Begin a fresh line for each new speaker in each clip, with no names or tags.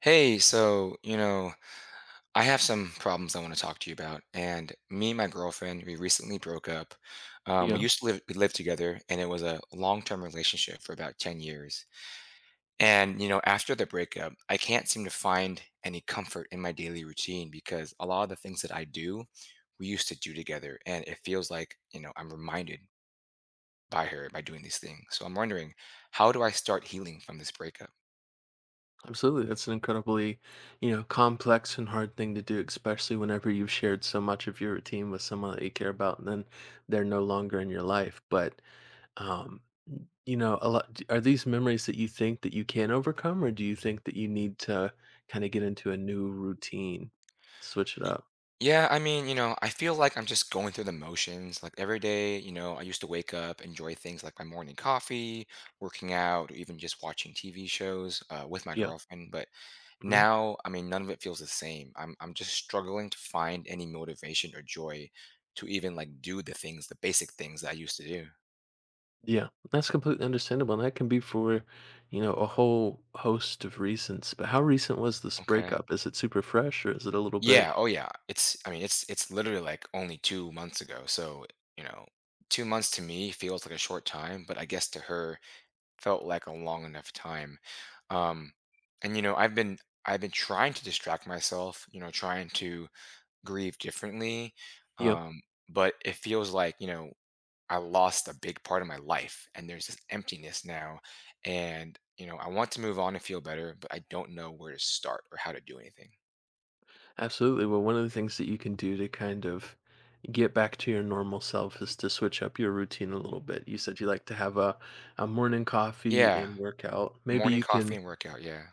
Hey, so, you know, I have some problems I want to talk to you about. And me and my girlfriend, we recently broke up.
Yeah,
We lived together, and it was a long-term relationship for about 10 years. And, you know, after the breakup, I can't seem to find any comfort in my daily routine because a lot of the things that I do, we used to do together. And it feels like, you know, I'm reminded by her by doing these things. So I'm wondering, how do I start healing from this breakup?
absolutely. That's an incredibly, you know, complex and hard thing to do, especially whenever you've shared so much of your routine with someone that you care about, and then they're no longer in your life. Um, you know, are these memories that you think that you can overcome, or do you think that you need to kind of get into a new routine, switch it
Y-
up?
Yeah, I mean, you know, I feel like I'm just going through the motions. Like every day, you know, I used to wake up, enjoy things like my morning coffee, working out, or even just watching TV shows with my
Yeah.
girlfriend. But
Mhm.
now, I mean, none of it feels the same. I'm just struggling to find any motivation or joy to even like do the things, the basic things that I used to do.
Yeah, that's completely understandable. And that can be for, you know, a whole host of reasons. But how recent was this
Okay.
breakup? Is it super fresh or is it a little bit?
Yeah, oh yeah. It's I mean it's literally like only 2 months ago. So, you know, 2 months to me feels like a short time, but I guess to her felt like a long enough time. Um, and you know, I've been trying to distract myself, you know, trying to grieve differently.
Yeah.
Um, but it feels like, you know, I lost a big part of my life and there's this emptiness now. And, you know, I want to move on and feel better, but I don't know where to start or how to do anything.
Absolutely. Well, one of the things that you can do to kind of get back to your normal self is to switch up your routine a little bit. You said you like to have a morning coffee
Yeah.
and workout. Maybe
Morning
you
coffee
can
and workout. Yeah.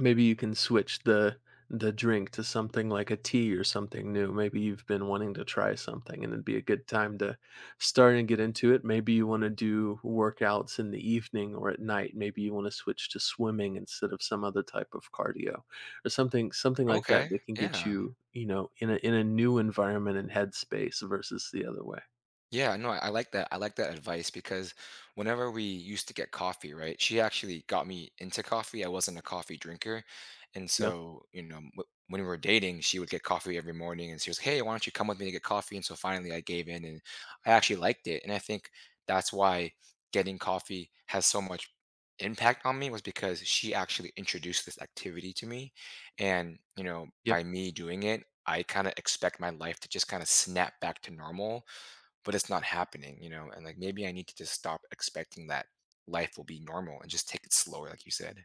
maybe you can switch the drink to something like a tea or something new. Maybe you've been wanting to try something and it'd be a good time to start and get into it. Maybe you want to do workouts in the evening or at night. Maybe you want to switch to swimming instead of some other type of cardio or something like that
Okay.
that can get
Yeah.
you, you know, in a new environment and headspace versus the other way.
Yeah, no, I like that. I like that advice because whenever we used to get coffee, right? She actually got me into coffee. I wasn't a coffee drinker. And
Yeah.
so, you know, when we were dating, she would get coffee every morning and she was, like, hey, why don't you come with me to get coffee? And so finally I gave in and I actually liked it. And I think that's why getting coffee has so much impact on me was because she actually introduced this activity to me. And, you know,
Yeah.
by me doing it, I kind of expect my life to just kind of snap back to normal, but it's not happening, you know? And like maybe I need to just stop expecting that life will be normal and just take it slower, like you said.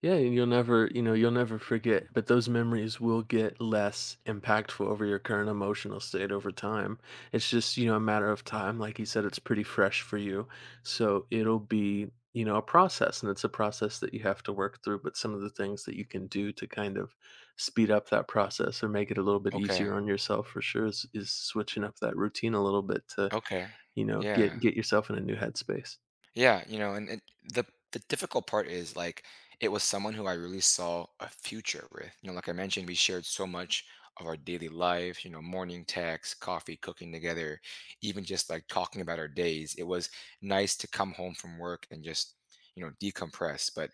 Yeah, and you'll never, you know, you'll never forget, but those memories will get less impactful over your current emotional state over time. It's just, you know, a matter of time. Like you said, it's pretty fresh for you. So it'll be, you know, a process and it's a process that you have to work through. But some of the things that you can do to kind of speed up that process or make it a little bit
Okay.
easier on yourself for sure is switching up that routine a little bit to,
Okay.
you know, get
Yeah.
get yourself in a new headspace.
Yeah. You know, and the the difficult part is like it was someone who I really saw a future with. You know, like I mentioned, we shared so much of our daily life, you know, morning texts, coffee, cooking together, even just like talking about our days. It was nice to come home from work and just, you know, decompress. But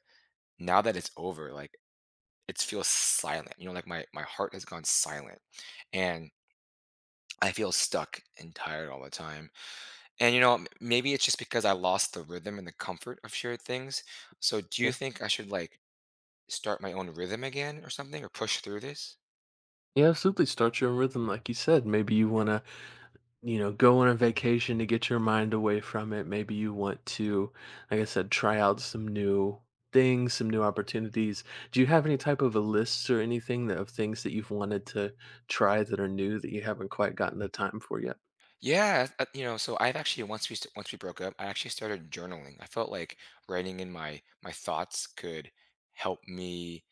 now that it's over, like it feels silent. You know, like my heart has gone silent, and I feel stuck and tired all the time. And you know, maybe it's just because I lost the rhythm and the comfort of shared things. So, do you
Yeah.
think I should like start my own rhythm again or something, or push through this?
Yeah, absolutely. Start your own rhythm, like you said. Maybe you want to, you know, go on a vacation to get your mind away from it. Maybe you want to, like I said, try out some new things, some new opportunities. Do you have any type of a list or anything that, of things that you've wanted to try that are new that you haven't quite gotten the time for yet?
Yeah, you know, so I've actually once we broke up, I actually started journaling. I felt like writing in my thoughts could help me,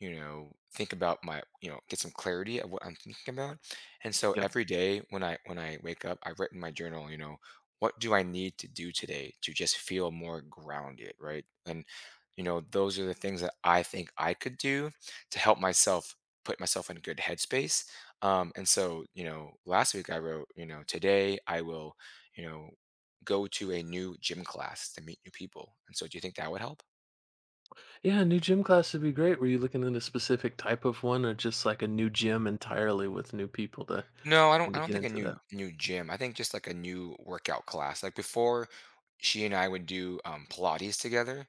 you know, think about my, you know, get some clarity of what I'm thinking about. And so
Yeah.
every day when I wake up, I write in my journal, you know, what do I need to do today to just feel more grounded, right? And you know those are the things that I think I could do to help myself, put myself in a good headspace. And so you know last week I wrote, you know, today I will, you know, go to a new gym class to meet new people. And so do you think that would help?
Yeah, a new gym class would be great. Were you looking at a specific type of one or just like a new gym entirely with new people to
No,
and
I
to
don't
get
think a
into that?
new gym. I think just like a new workout class. Like before she and I would do Pilates together.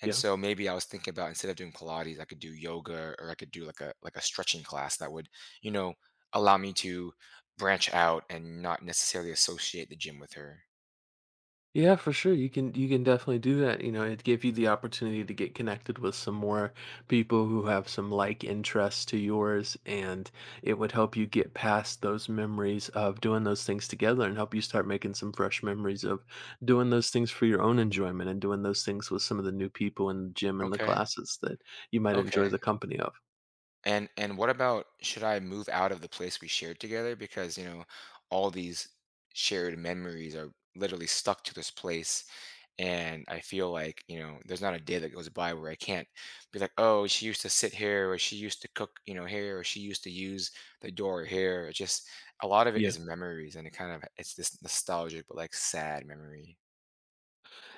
And
Yeah.
so maybe I was thinking about instead of doing Pilates, I could do yoga or I could do like a stretching class that would, you know, allow me to branch out and not necessarily associate the gym with her.
Yeah, for sure. You can definitely do that. You know, it gave you the opportunity to get connected with some more people who have some like interests to yours, and it would help you get past those memories of doing those things together and help you start making some fresh memories of doing those things for your own enjoyment and doing those things with some of the new people in the gym and the
Okay.
classes that you might
Okay.
enjoy the company of.
And what about, should I move out of the place we shared together because, you know, all these shared memories are literally stuck to this place and I feel like, you know, there's not a day that goes by where I can't be like, "Oh, she used to sit here or she used to cook, you know, here or she used to use the door here." It just, a lot of it
Yeah.
is memories and it kind of it's this nostalgic but like sad memory.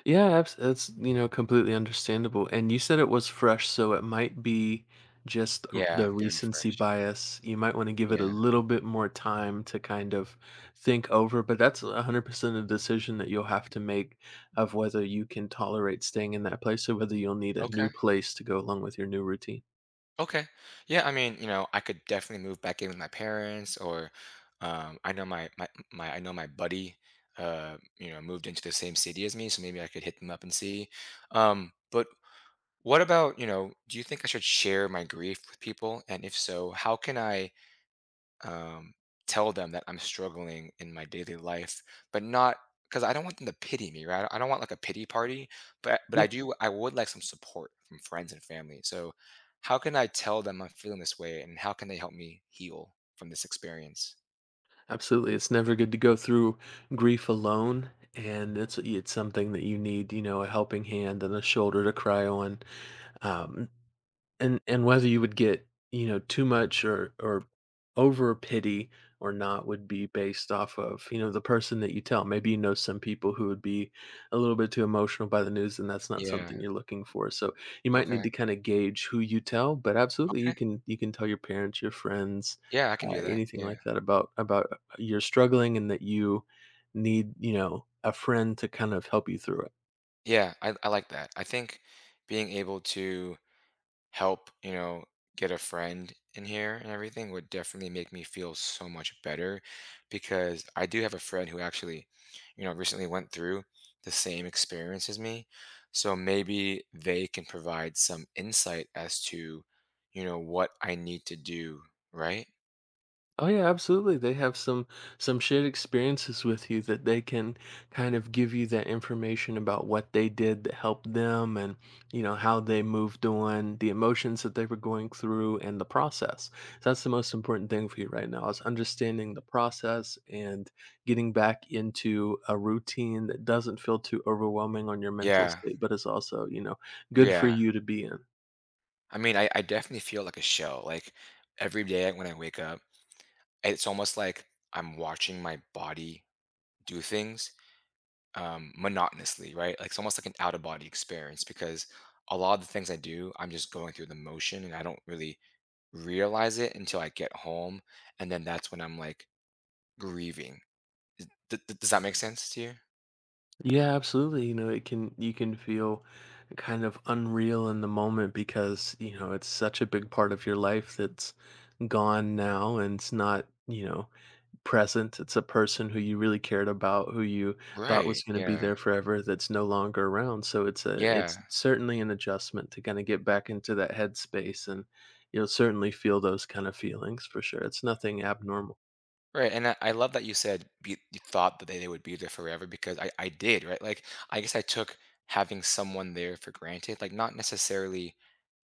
Yeah, abs that's, you know, completely understandable, and you said it was fresh, so it might be just r
Yeah,
the
very
recency
fresh.
bias. You might wanna give it a
Yeah.
little bit more time to kind of think over, but that's 100% a decision that you'll have to make of whether you can tolerate staying in that place or whether you'll need a new
Okay.
place to go along with your new routine.
Okay. Yeah, I mean, you know, I could definitely move back in with my parents or I know my my, my I know my buddy you know moved into the same city as me, so maybe I could hit them up and see. But what about, you know, do you think I should share my grief with people? And if so, how can I, um, tell them that I'm struggling in my daily life, but not because I don't want them to pity me, right? I don't want like a pity party, but
Yeah,
I do. I would like some support from friends and family. So, how can I tell them I'm feeling this way, and how can they help me heal from this experience?
absolutely, it's never good to go through grief alone, and it's something that you need, you know, a helping hand and a shoulder to cry on, um and whether you would get, you know, too much or over pity or not would be based off of, you know, the person that you tell. Maybe, you know, some people who would be a little bit too emotional by the news and that's not something
Yeah.
you're looking for, so you might need
Okay.
to kind of gauge who you tell, but absolutely you
Okay.
can, you can tell your parents, your friends,
Yeah, I can do that.
anything
Yeah.
like that about you're struggling and that you need, you know, a friend to kind of help you through it.
Yeah, I like that. I think being able to help, you know, get a friend in here and everything would definitely make me feel so much better because I do have a friend who actually, you know, recently went through the same experience as me. So maybe they can provide some insight as to, you know, what I need to do, right?
Oh yeah, absolutely. They have some shared experiences with you that they can kind of give you that information about what they did that helped them and you know how they moved on, the emotions that they were going through and the process. So that's the most important thing for you right now is understanding the process and getting back into a routine that doesn't feel too overwhelming on your mental
Yeah.
state, but is also, you know, good for
Yeah.
you to be in.
I mean, I definitely feel like a shell. Like every day when I wake up, it's almost like I'm watching my body do things monotonously, right? Like it's almost like an out of body experience because a lot of the things I do, I'm just going through the motion and I don't really realize it until I get home. And then that's when I'm like grieving. Does that make sense to you?
Yeah, absolutely. You know, it can you can feel kind of unreal in the moment because, you know, it's such a big part of your life that's gone now and it's not, you know, present. It's a person who you really cared about, who you thought was
Right.
going to be
Yeah.
there forever that's no longer around. So it's
Yeah.
certainly an adjustment to kind of get back into that headspace and you'll certainly feel those kind of feelings for sure. It's nothing abnormal.
Right, and I love that you said you thought that they would be there forever because I did, right? Like, I guess I took having someone there for granted, like, not necessarily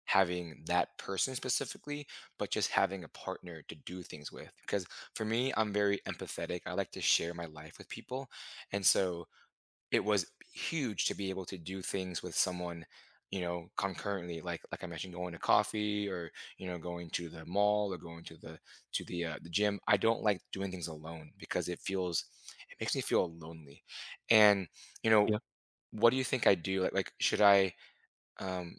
having that person specifically, but just having a partner to do things with. Because for me, I'm very empathetic. I like to share my life with people. And so it was huge to be able to do things with someone, you know, concurrently, like I mentioned, going to coffee or you know going to the mall or going to the the gym. I don't like doing things alone because it feels, it makes me feel lonely. And you know, what do you think I do, like, should I, um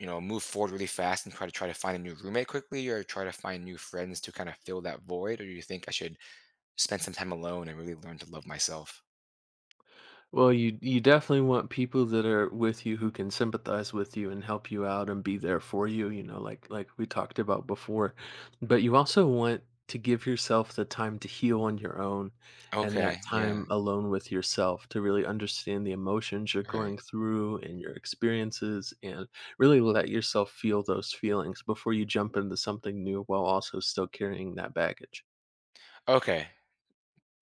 you know, move forward really fast and try to find a new roommate quickly or try to find new friends to kind of fill that void, or do you think I should spend some time alone and really learn to love myself?
Well, you definitely want people that are with you who can sympathize with you and help you out and be there for you, you know, like we talked about before. But you also want to give yourself the time to heal on your own and that
Okay, yeah.
time alone with yourself to really understand the emotions you're going
Right.
through and your experiences and really let yourself feel those feelings before you jump into something new while also still carrying that baggage.
Okay.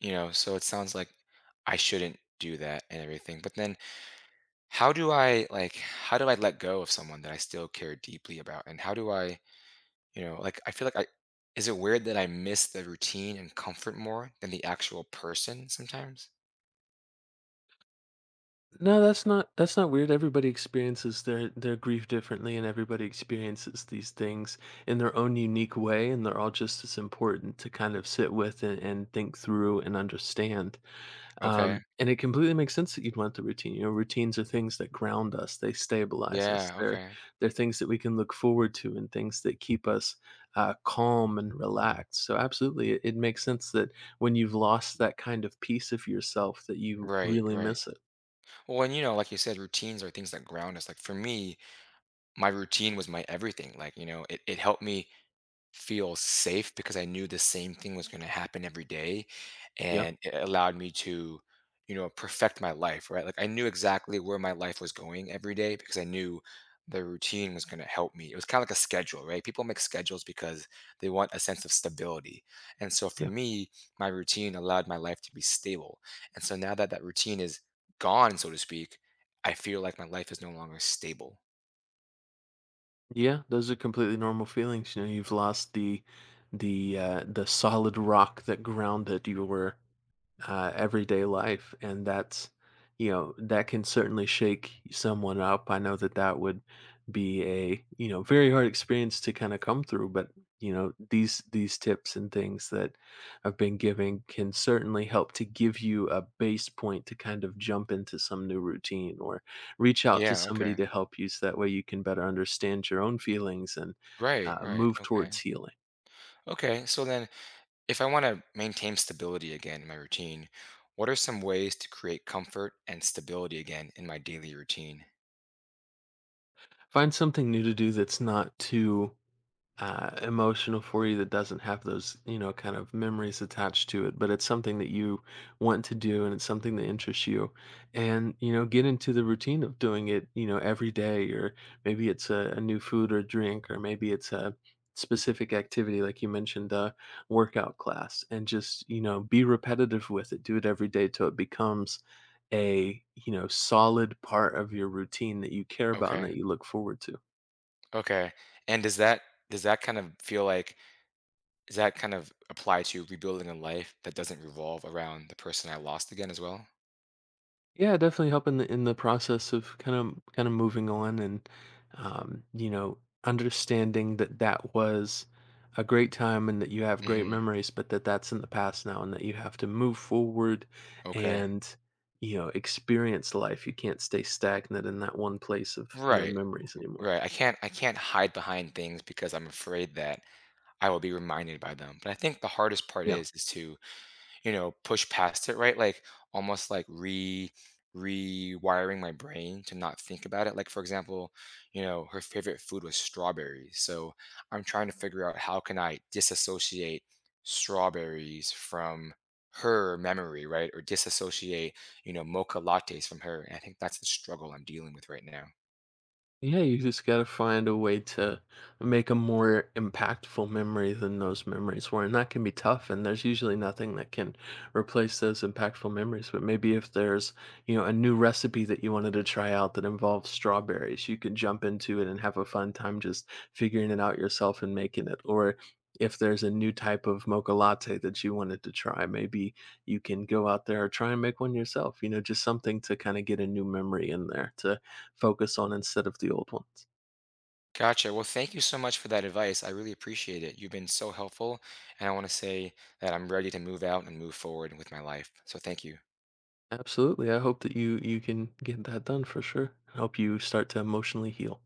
You know, so it sounds like I shouldn't do that and everything, but then, how do I, like, how do I let go of someone that I still care deeply about? And how do I, you know, like I feel like I, is it weird that I miss the routine and comfort more than the actual person sometimes?
No, that's not weird. Everybody experiences their grief differently and everybody experiences these things in their own unique way and they're all just as important to kind of sit with and think through and understand.
Okay.
And it completely makes sense that you'd want the routine. You know, routines are things that ground us, they stabilize us.
Yeah.
They're
Okay.
they're things that we can look forward to and things that keep us calm and relaxed. So absolutely it, it makes sense that when you've lost that kind of piece of yourself that you
Right,
really
right.
miss it.
Well, and you know, like you said, routines are things that ground us. Like for me, my routine was my everything. Like you know it helped me feel safe because I knew the same thing was going to happen every day.
Yeah.
And it allowed me to, you know, perfect my life, right? Like I knew exactly where my life was going every day because I knew the routine was going to help me. It was kind of like a schedule, right? People make schedules because they want a sense of stability. And so for
Yeah.
me, my routine allowed my life to be stable. And so now that that routine is gone, so to speak, I feel like my life is no longer stable.
Yeah, those are completely normal feelings. You know, you've lost the solid rock that grounded you were everyday life, and that's, you know, that can certainly shake someone up. I know that that would be a, you know, very hard experience to kind of come through. But you know, these tips and things that I've been giving can certainly help to give you a base point to kind of jump into some new routine or reach out to
Yeah,
somebody
okay.
to help you so that way you can better understand your own feelings and
Right, right.
move
Okay.
towards healing.
Okay. So then, if I want to maintain stability again in my routine, what are some ways to create comfort and stability again in my daily routine?
Find something new to do that's not too emotional for you, that doesn't have those, you know, kind of memories attached to it, but it's something that you want to do and it's something that interests you. And you know, get into the routine of doing it, you know, every day. Or maybe it's a new food or drink, or maybe it's a specific activity like you mentioned, a workout class, and just, you know, be repetitive with it. Do it every day till it becomes a, you know, solid part of your routine that you care about and
Okay.
that you look forward to.
Okay. And does that, does that kind of feel like, does that kind of apply to rebuilding a life that doesn't revolve around the person I lost again as well?
Yeah, definitely help in the process of kind of moving on and, you know, understanding that that was a great time and that you have great
Hmm.
memories, but that that's in the past now and that you have to move forward,
Okay.
and you know, experience life. You can't stay stagnant in that one place of, you know,
Right.
memories anymore.
Right. I can't hide behind things because I'm afraid that I will be reminded by them. But I think the hardest part
Yeah.
is to, you know, push past it, right? Like almost like re rewiring my brain to not think about it. Like for example, you know, her favorite food was strawberries. So I'm trying to figure out how can I disassociate strawberries from her memory, right? Or disassociate, you know, mocha lattes from her. And I think that's the struggle I'm dealing with right now.
Yeah, you just gotta find a way to make a more impactful memory than those memories were, and that can be tough. And there's usually nothing that can replace those impactful memories. But maybe if there's, you know, a new recipe that you wanted to try out that involves strawberries, you could jump into it and have a fun time just figuring it out yourself and making it. Or if there's a new type of mocha latte that you wanted to try, maybe you can go out there or try and make one yourself. You know, just something to kind of get a new memory in there to focus on instead of the old ones.
Gotcha. Well, thank you so much for that advice. I really appreciate it. You've been so helpful, and I want to say that I'm ready to move out and move forward with my life. So thank you.
Absolutely. I hope that you can get that done for sure. I hope you start to emotionally heal.